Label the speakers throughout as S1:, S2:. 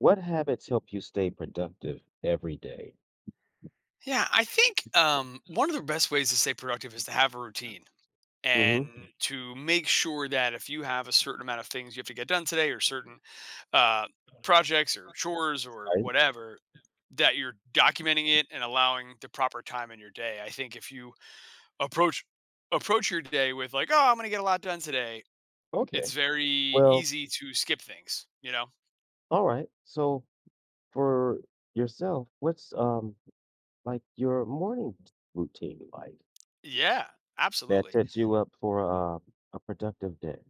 S1: What habits help you stay productive every day?
S2: Yeah, I think one of the best ways to stay productive is to have a routine and
S1: hmm
S2: to make sure that if you have a certain amount of things you have to get done today or certain uh, projects or chores or
S1: Right?
S2: whatever, that you're documenting it and allowing the proper time in your day. I think if you approach approach your day with like, oh, I'm gonna get a lot done today, it's
S1: Okay.
S2: very
S1: Well,
S2: easy to skip things, you know?
S1: all right. So for yourself, what's like your morning routine like
S2: Yeah,
S1: that
S2: absolutely.
S1: sets you up for a productive day?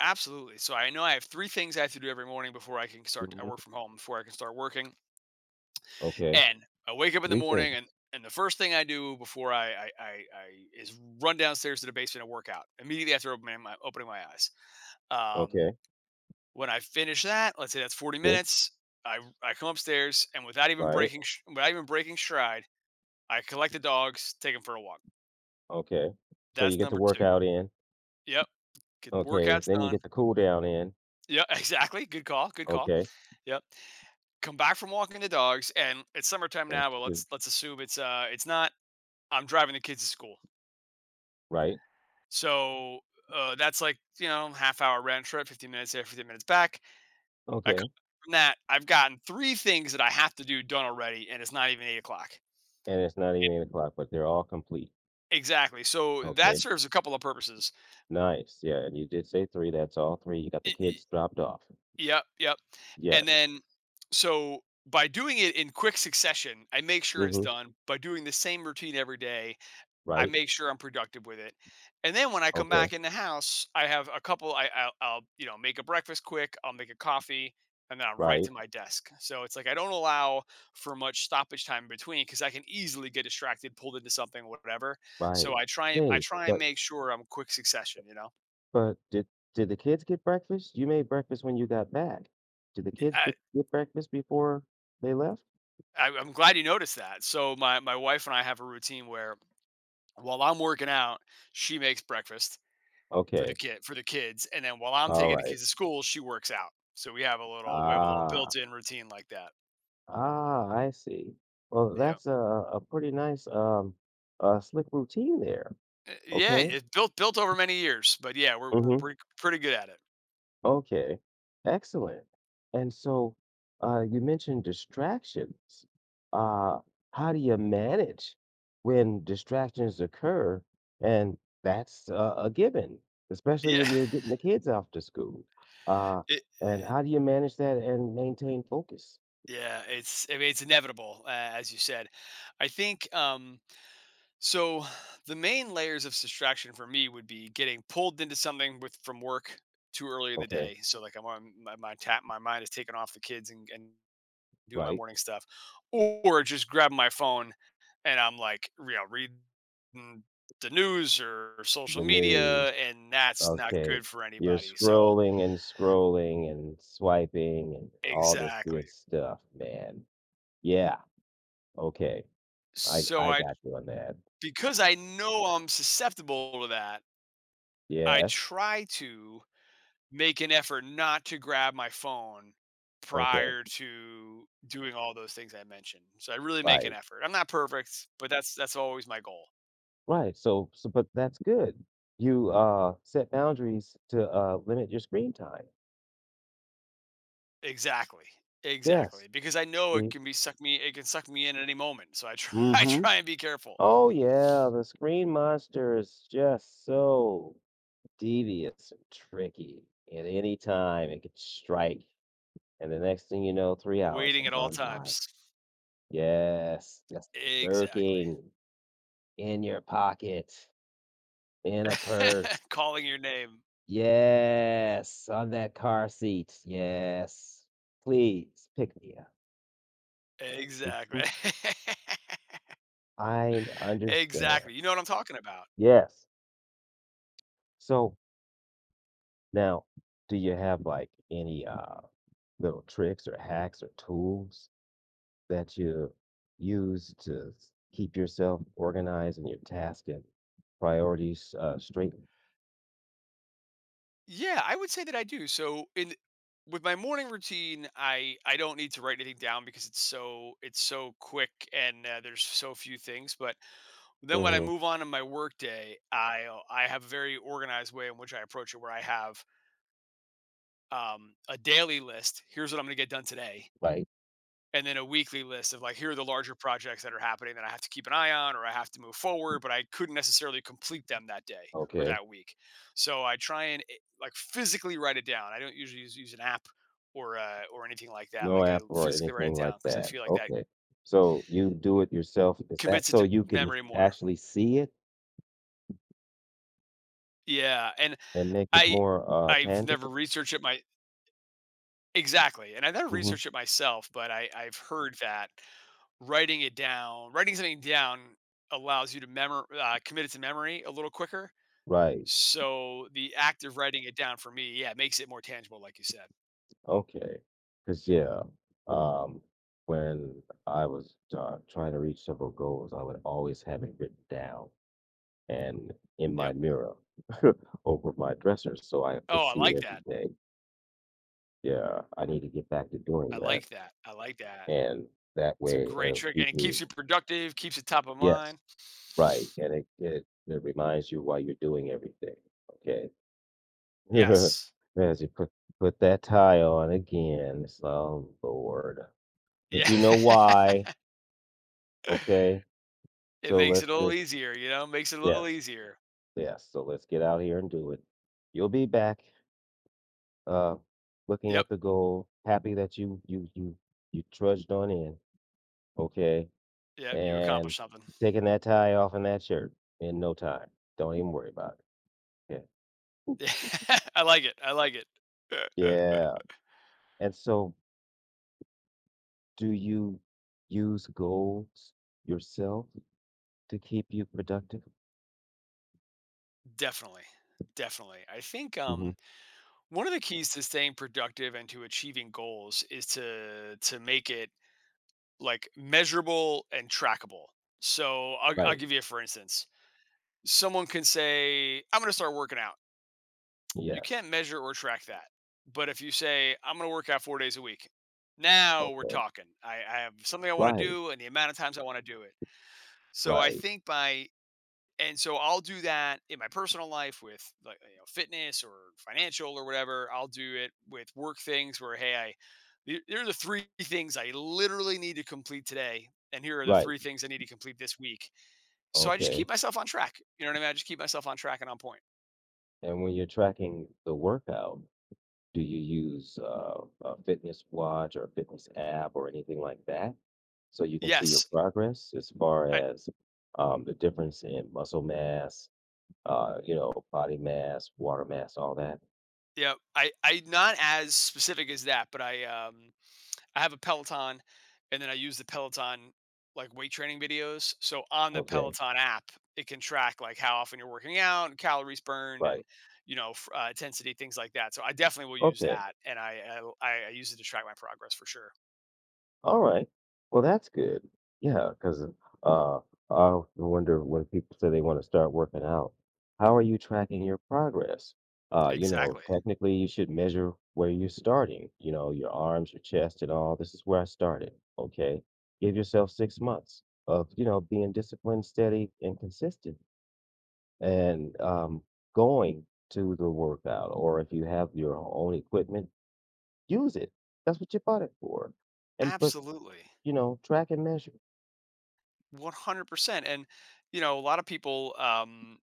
S2: Absolutely. So I know I have three things I have to do every morning before I can start. I work
S1: hmm
S2: from home before I can start working,
S1: Okay.
S2: and I wake up in the
S1: Three
S2: morning, and
S1: things.
S2: and the first thing I do before I is run downstairs to the basement and work out immediately after opening my eyes. Um,
S1: Okay.
S2: when I finish that, let's say that's forty
S1: Good.
S2: minutes, I come upstairs and without even
S1: Right.
S2: without even breaking stride, I collect the dogs, take them for a walk.
S1: Okay. So you
S2: That's
S1: get the
S2: number two.
S1: workout in,
S2: Yep, get
S1: okay,
S2: workouts
S1: then you get
S2: done.
S1: the cool down in.
S2: Yeah, exactly. Good call. Good call.
S1: Okay.
S2: Yep. Come back from walking the dogs, and it's summertime now,
S1: That's
S2: but
S1: two.
S2: let's assume it's not. I'm driving the kids to school,
S1: Right.
S2: so that's like, you know, half hour round trip, 15 minutes there, 15 minutes back. I come
S1: Okay.
S2: back from that. I've gotten three things that I have to do done already, and it's not even 8 o'clock.
S1: And it's not even 8 o'clock, but they're all complete.
S2: Exactly, so that
S1: Okay.
S2: serves a couple of purposes.
S1: Nice, yeah, and you did say 3, that's all 3, you got the
S2: Y- y-
S1: kids dropped off.
S2: yep, yep. And
S1: Yes.
S2: then, so by doing it in quick succession, I make sure it's
S1: Mhm.
S2: done. By doing the same routine every day, I
S1: Right.
S2: make sure I'm productive with it. And then when I come
S1: Okay.
S2: back in the house, I have a couple I'll, you know, make a breakfast quick, I'll make a coffee, and then I'm right
S1: Right.
S2: to my desk. So it's like I don't allow for much stoppage time in between, because I can easily get distracted, pulled into something, whatever. So
S1: Right.
S2: I try, and I
S1: Hey,
S2: try and
S1: but
S2: make sure I'm quick succession, you know.
S1: but did the kids get breakfast? You made breakfast when you got back. Did the kids
S2: I,
S1: be get breakfast before they left?
S2: I'm glad you noticed that. So my wife and I have a routine where while I'm working out, she makes breakfast for the
S1: Okay.
S2: kid for the kids, and then while I'm taking the
S1: Alright.
S2: kids to school, she works out. So we have a little
S1: Ah.
S2: built-in routine like that.
S1: Ah, I see. Well,
S2: Yeah.
S1: that's a pretty nice, slick routine there,
S2: Yeah,
S1: okay?
S2: it's built over many years, but yeah,
S1: Mhm.
S2: we're pretty good at it.
S1: Okay, excellent. And so, you mentioned distractions. Uh, how do you manage when distractions occur? And that's a given, especially
S2: Yeah.
S1: when you're getting the kids off to school. Uh,
S2: It,
S1: and
S2: it
S1: how do you manage that and maintain focus?
S2: yeah, it's, I mean, it's inevitable, as you said. I think so the main layers of distraction for me would be getting pulled into something with from work too early in the
S1: Okay,
S2: day. So like I'm on my my mind is taken off the kids, and do my
S1: right.
S2: morning stuff, or just grabbing my phone, and I'm like, you know, reading the news or social
S1: The news.
S2: media, and that's not
S1: Okay.
S2: good for
S1: You're
S2: anybody. So
S1: scrolling and scrolling and swiping and all this
S2: exactly.
S1: good stuff, man. Yeah. Okay. I
S2: So
S1: I
S2: I,
S1: got you on that.
S2: because I know I'm susceptible to that, I
S1: Yes,
S2: try to make an effort not to grab my phone
S1: okay,
S2: prior to doing all those things I mentioned. So I really make an
S1: right,
S2: effort. I'm not perfect, but that's always my goal.
S1: right, so but that's good. You, set boundaries to, limit your screen time.
S2: Exactly, exactly,
S1: Yes,
S2: because I know it
S1: see?
S2: can be suck me it can suck me in at any moment, so I try I
S1: Mhm.
S2: try and be careful.
S1: Oh, yeah, the screen monster is just so devious and tricky. At any time, it could
S2: W
S1: strike, and the next thing you know, 3 hours
S2: Waiting
S1: have
S2: at all
S1: gone by.
S2: times.
S1: Yes, that's
S2: Exactly.
S1: lurking in your pocket, in a purse.
S2: Calling your name.
S1: Yes, on that car seat, yes. Please pick me up.
S2: Exactly.
S1: Mhm, I understand.
S2: Exactly, you know what I'm talking about.
S1: Yes. So now, do you have, like, any, little tricks or hacks or tools that you use to s keep yourself organized and your task and priorities, straight?
S2: Yeah, I would say that I do, so in with my morning routine, I don't need to write anything down because it's so quick, and, there's so few things, but then when I
S1: Mhm,
S2: move on in my workday, I have a very organized way in which I approach it, where I have a daily list. Here's what I'm going to get done today,
S1: like
S2: and then a weekly list of like here are the larger projects that are happening that I have to keep an eye on or I have to move forward, but I couldn't necessarily complete them that day or
S1: okay.
S2: that week. So I try and like physically write it down. I don't usually use an app or anything like that.
S1: No
S2: Like I
S1: app or
S2: physically write
S1: anything
S2: it
S1: like
S2: down, because I
S1: that.
S2: feel like that
S1: Okay. So you do it yourself. Is that
S2: commits it
S1: so
S2: to
S1: you can
S2: memory more.
S1: actually see it
S2: Yeah, and
S1: and make it
S2: I
S1: more
S2: I've never
S1: tangible?
S2: researched it. My Exactly, and I never
S1: hmm
S2: researched it myself, but I I've heard that writing something down allows you to memor commit it to memory a little quicker.
S1: Right.
S2: So, the act of writing it down for me, yeah, makes it more tangible, like you said.
S1: Okay. Because yeah, um, when I was trying to reach several goals, I would always have it written down and in my
S2: Yep.
S1: mirror over my dresser, so I would
S2: Oh, I
S1: see it
S2: like
S1: every
S2: that.
S1: day. Yeah, I need to get back to doing
S2: I
S1: that,
S2: like that. I like that.
S1: and that
S2: It's a
S1: way
S2: great
S1: it'll
S2: trick, and
S1: keep
S2: it keeps
S1: me.
S2: you productive, keeps it top of
S1: Yes.
S2: mind.
S1: Right, and it reminds you why you're doing everything, okay?
S2: Yes.
S1: As you put that tie on again, it's, like, "Oh, Lord." But
S2: Yeah.
S1: you know why, okay?
S2: It
S1: So
S2: makes
S1: let's
S2: it a little
S1: just
S2: easier, you know? Makes it a little
S1: yes,
S2: easier.
S1: yes, so let's get out here and do it. You'll be back, uh, looking
S2: Yep.
S1: at the goal, happy that you trudged on in, okay?
S2: Yep, you
S1: And
S2: accomplish something.
S1: taking that tie off and that shirt in no time. Don't even worry about it,
S2: I like it, I like it.
S1: yeah. Yeah, and so Do you use goals yourself to keep you productive?
S2: Definitely, definitely. I think,
S1: Mhm.
S2: one of the keys to staying productive and to achieving goals is to make it, like, measurable and trackable. So, I'll
S1: Right.
S2: give you a for instance. Someone can say, "I'm gonna start working out." You
S1: Yes.
S2: can't measure or track that. But if you say, "I'm gonna work out 4 days a week," now we're
S1: Okay.
S2: talking. I have something I wanna
S1: Right.
S2: do and the amount of times I wanna do it. So, I
S1: Right.
S2: think by and so I'll do that in my personal life with like, you know, fitness or financial or whatever. I'll do it with work things where hey, I, here are the three things I literally need to complete today, and here are the
S1: Right.
S2: three things I need to complete this week. So I just
S1: Okay.
S2: keep myself on track. You know what I mean? I just keep myself on track and on point.
S1: And when you're tracking the workout, do you use a fitness watch or a fitness app or anything like that? So you can see your
S2: Yes,
S1: progress as far
S2: I
S1: as the difference in muscle mass, you know, body mass, water mass, all that.
S2: yeah, I not as specific as that, but I have a Peloton, and then I use the Peloton like weight training videos. So on the
S1: Okay.
S2: Peloton app, it can track like how often you're working out and calories burned and
S1: Right.
S2: you know intensity things like that. So I definitely will use
S1: Okay.
S2: that, and I use it to track my progress for sure.
S1: All right. Well, that's good. Yeah, because I often wonder when people say they want to start working out, how are you tracking your progress? You know,
S2: Exactly.
S1: technically, you should measure where you're starting, you know, your arms, your chest, and all. This is where I started. Okay. Give yourself 6 months of, you know, being disciplined, steady, and consistent, and going to the workout. Or if you have your own equipment, use it. That's what you bought it for. And but
S2: Absolutely.
S1: you know, track and measure.
S2: 100%. And, you know, a lot of people,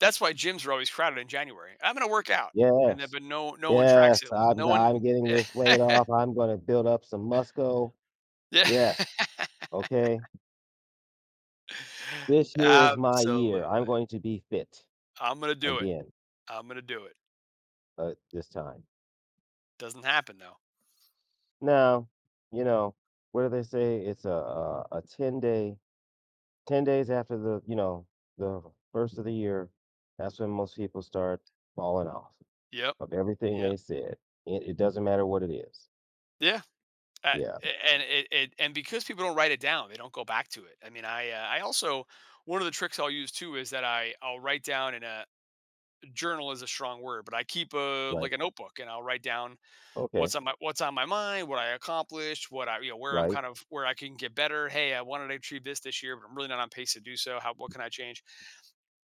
S2: that's why gyms are always crowded in January. I'm going to work out. And then,
S1: Yes.
S2: but no, no one
S1: Yes,
S2: tracks it.
S1: I'm
S2: No one.
S1: I'm getting this weight off. I'm gonna build up some muscle.
S2: Yeah.
S1: Yes, okay. This year is my
S2: Absolutely.
S1: year. I'm going to be fit
S2: I'm gonna do it.
S1: again,
S2: I'm gonna do it.
S1: this time.
S2: Doesn't happen though.
S1: Now, you know, what do they say? It's a 10 day, 10 days after the, you know, the first of the year, that's when most people start falling off
S2: Yep.
S1: of everything they
S2: Yep.
S1: said. It doesn't matter what it is.
S2: Yeah. Uh,
S1: Yeah,
S2: and it, it and because people don't write it down, they don't go back to it. I mean, I also, one of the tricks I'll use too is that I'll write down in a journal, is a strong word, but I keep a
S1: right.
S2: like a notebook, and I'll write down
S1: Okay,
S2: what's on my mind, what I accomplished, what I, you know, where I'm
S1: right.
S2: kind of where I can get better. Hey, I wanted to achieve this this year, but I'm really not on pace to do so. How what can I change?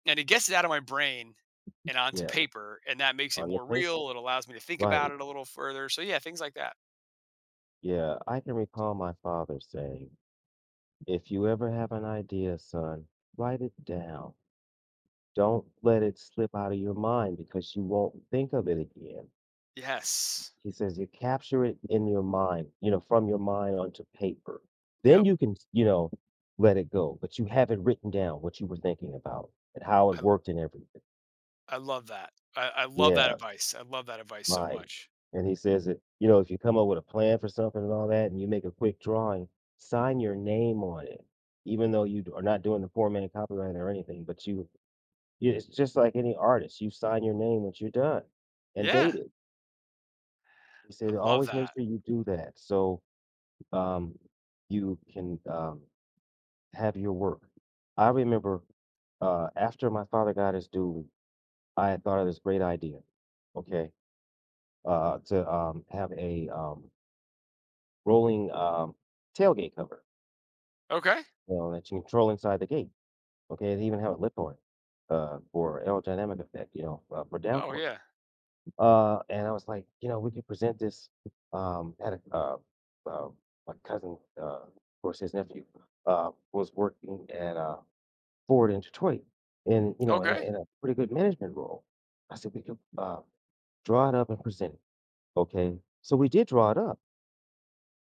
S2: And it gets it out of my brain and onto
S1: Yeah.
S2: paper, and that makes it
S1: On the
S2: more
S1: paper,
S2: real. It allows me to think about
S1: right.
S2: it a little further. So yeah, things like that.
S1: Yeah, I can recall my father saying, "If you ever have an idea, son, write it down. Don't let it slip out of your mind because you won't think of it again."
S2: Yes.
S1: He says, "You capture it in your mind, you know, from your mind onto paper. Then
S2: Yep.
S1: you can, you know, let it go, but you have it written down what you were thinking about and how it
S2: I l-
S1: worked and everything."
S2: I love that. I love that
S1: Yeah.
S2: advice. I love that advice so
S1: Right,
S2: much.
S1: and he says that, you know, if you come up with a plan for something and all that, and you make a quick drawing, sign your name on it, even though you d are not doing the poor man copyright or anything, but you yeah, it's just like any artist, you sign your name once you're done and
S2: Yeah.
S1: date it. He
S2: I
S1: said,
S2: love
S1: "Always make
S2: that.
S1: sure you do that so, um, you can, have your work." I remember, after my father got his due, I had thought of this great idea, okay, to, have a, rolling, tailgate cover,
S2: Okay.
S1: you know, that you can control inside the gate, okay? They even have a lip on it, for aerodynamic effect, you know, for
S2: Oh
S1: downforce.
S2: yeah.
S1: And I was like, you know, we could present this, had a, uh, my cousin, of course, his nephew, was working at, Ford in Detroit and, you know,
S2: Okay.
S1: in a pretty good management role. I said, we could, draw it up and present it, okay? So we did draw it up,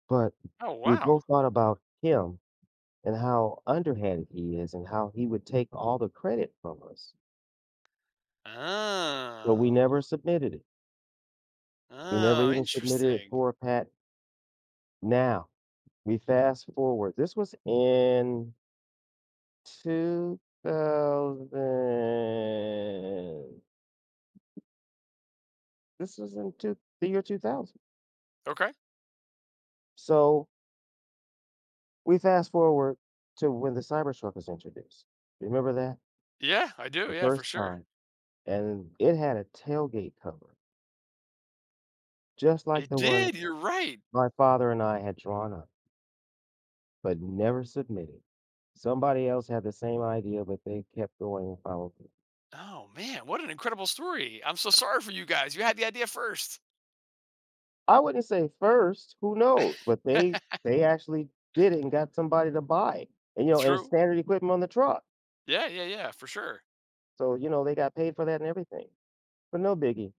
S1: but
S2: Oh
S1: we
S2: wow.
S1: both thought about him and how underhanded he is and how he would take all the credit from us. But we never
S2: Oh.
S1: submitted it. We never
S2: Oh,
S1: even submitted it
S2: interesting.
S1: for a patent. Now we fast forward. This was in 2000. This was in two, the year 2000.
S2: Okay.
S1: So we fast forward to when the Cybertruck was introduced. Remember that?
S2: Yeah, I do.
S1: The
S2: Yeah, for
S1: first
S2: sure.
S1: time. And it had a tailgate cover, just like
S2: It
S1: the one
S2: did. You're right.
S1: my father and I had drawn up, but never submitted. Somebody else had the same idea, but they kept going and followed through.
S2: Oh man, what an incredible story. I'm so sorry for you guys. You had the idea first.
S1: I wouldn't say first, who knows? But they they actually did it and got somebody to buy it. And you know, and it's
S2: True.
S1: standard equipment on the truck.
S2: Yeah, yeah, yeah, for sure.
S1: So, you know, they got paid for that and everything. But no biggie.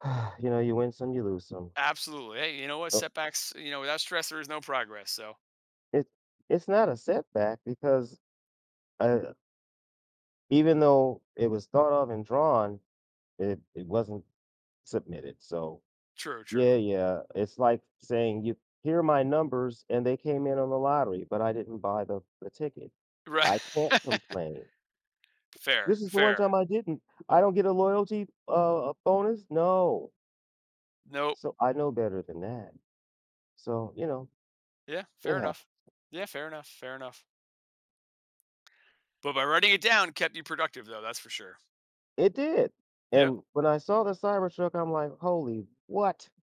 S1: You know, you win some, you lose some.
S2: Absolutely. Hey, you know what?
S1: Uh,
S2: Setbacks, you know, without stress, there is no progress. So
S1: It it's not a setback because uh, even though it was thought of and drawn, it wasn't submitted. So
S2: true, true.
S1: yeah, yeah. It's like saying, "You here are my numbers, and they came in on the lottery, but I didn't buy the ticket.
S2: Right.
S1: I can't complain.
S2: Fair,
S1: This is the one
S2: fair.
S1: time I didn't. I don't get a loyalty, bonus? No.
S2: Nope.
S1: So, I know better than that." So, you know,
S2: Yeah,
S1: it
S2: fair
S1: happened.
S2: enough. Yeah, fair enough. Fair enough. But by writing it down kept you productive, though, that's for sure.
S1: It did,
S2: Yep.
S1: and when I saw the Cybertruck, I'm like, "Holy what?" I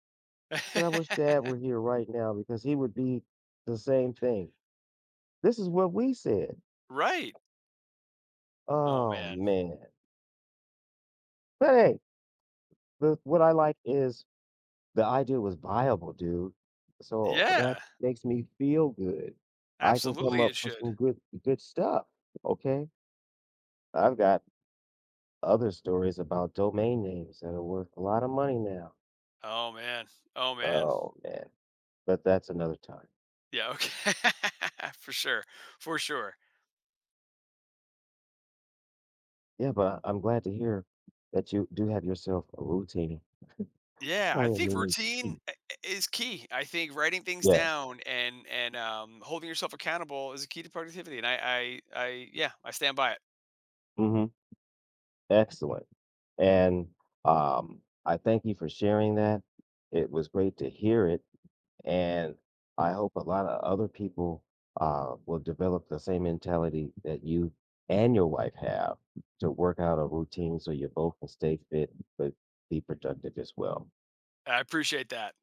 S1: said, "I wish dad were here right now because he would be the same thing." This is what we said.
S2: Right. Oh,
S1: Oh,
S2: man.
S1: man. But, hey, the what I like is the idea was viable, dude. So that
S2: Yeah,
S1: makes me feel good. I can come
S2: absolutely.
S1: up
S2: It
S1: with
S2: should.
S1: some good stuff, okay? I've got other stories about domain names that are worth a lot of money now.
S2: Oh, man. Oh, man.
S1: Oh, man, but that's another time.
S2: Yeah, okay. For sure. For sure.
S1: Yeah, but I'm glad to hear that you do have yourself a routine.
S2: Yeah,
S1: I
S2: I
S1: didn't
S2: think
S1: mean to
S2: routine
S1: keep
S2: I is key. I think writing things
S1: Yes.
S2: down and, holding yourself accountable is a key to productivity, and I yeah, I stand by it.
S1: Mhm. Excellent. And, I thank you for sharing that. It was great to hear it. And I hope a lot of other people will develop the same mentality that you and your wife have to work out a routine so you both can stay fit but be productive as well.
S2: I appreciate that.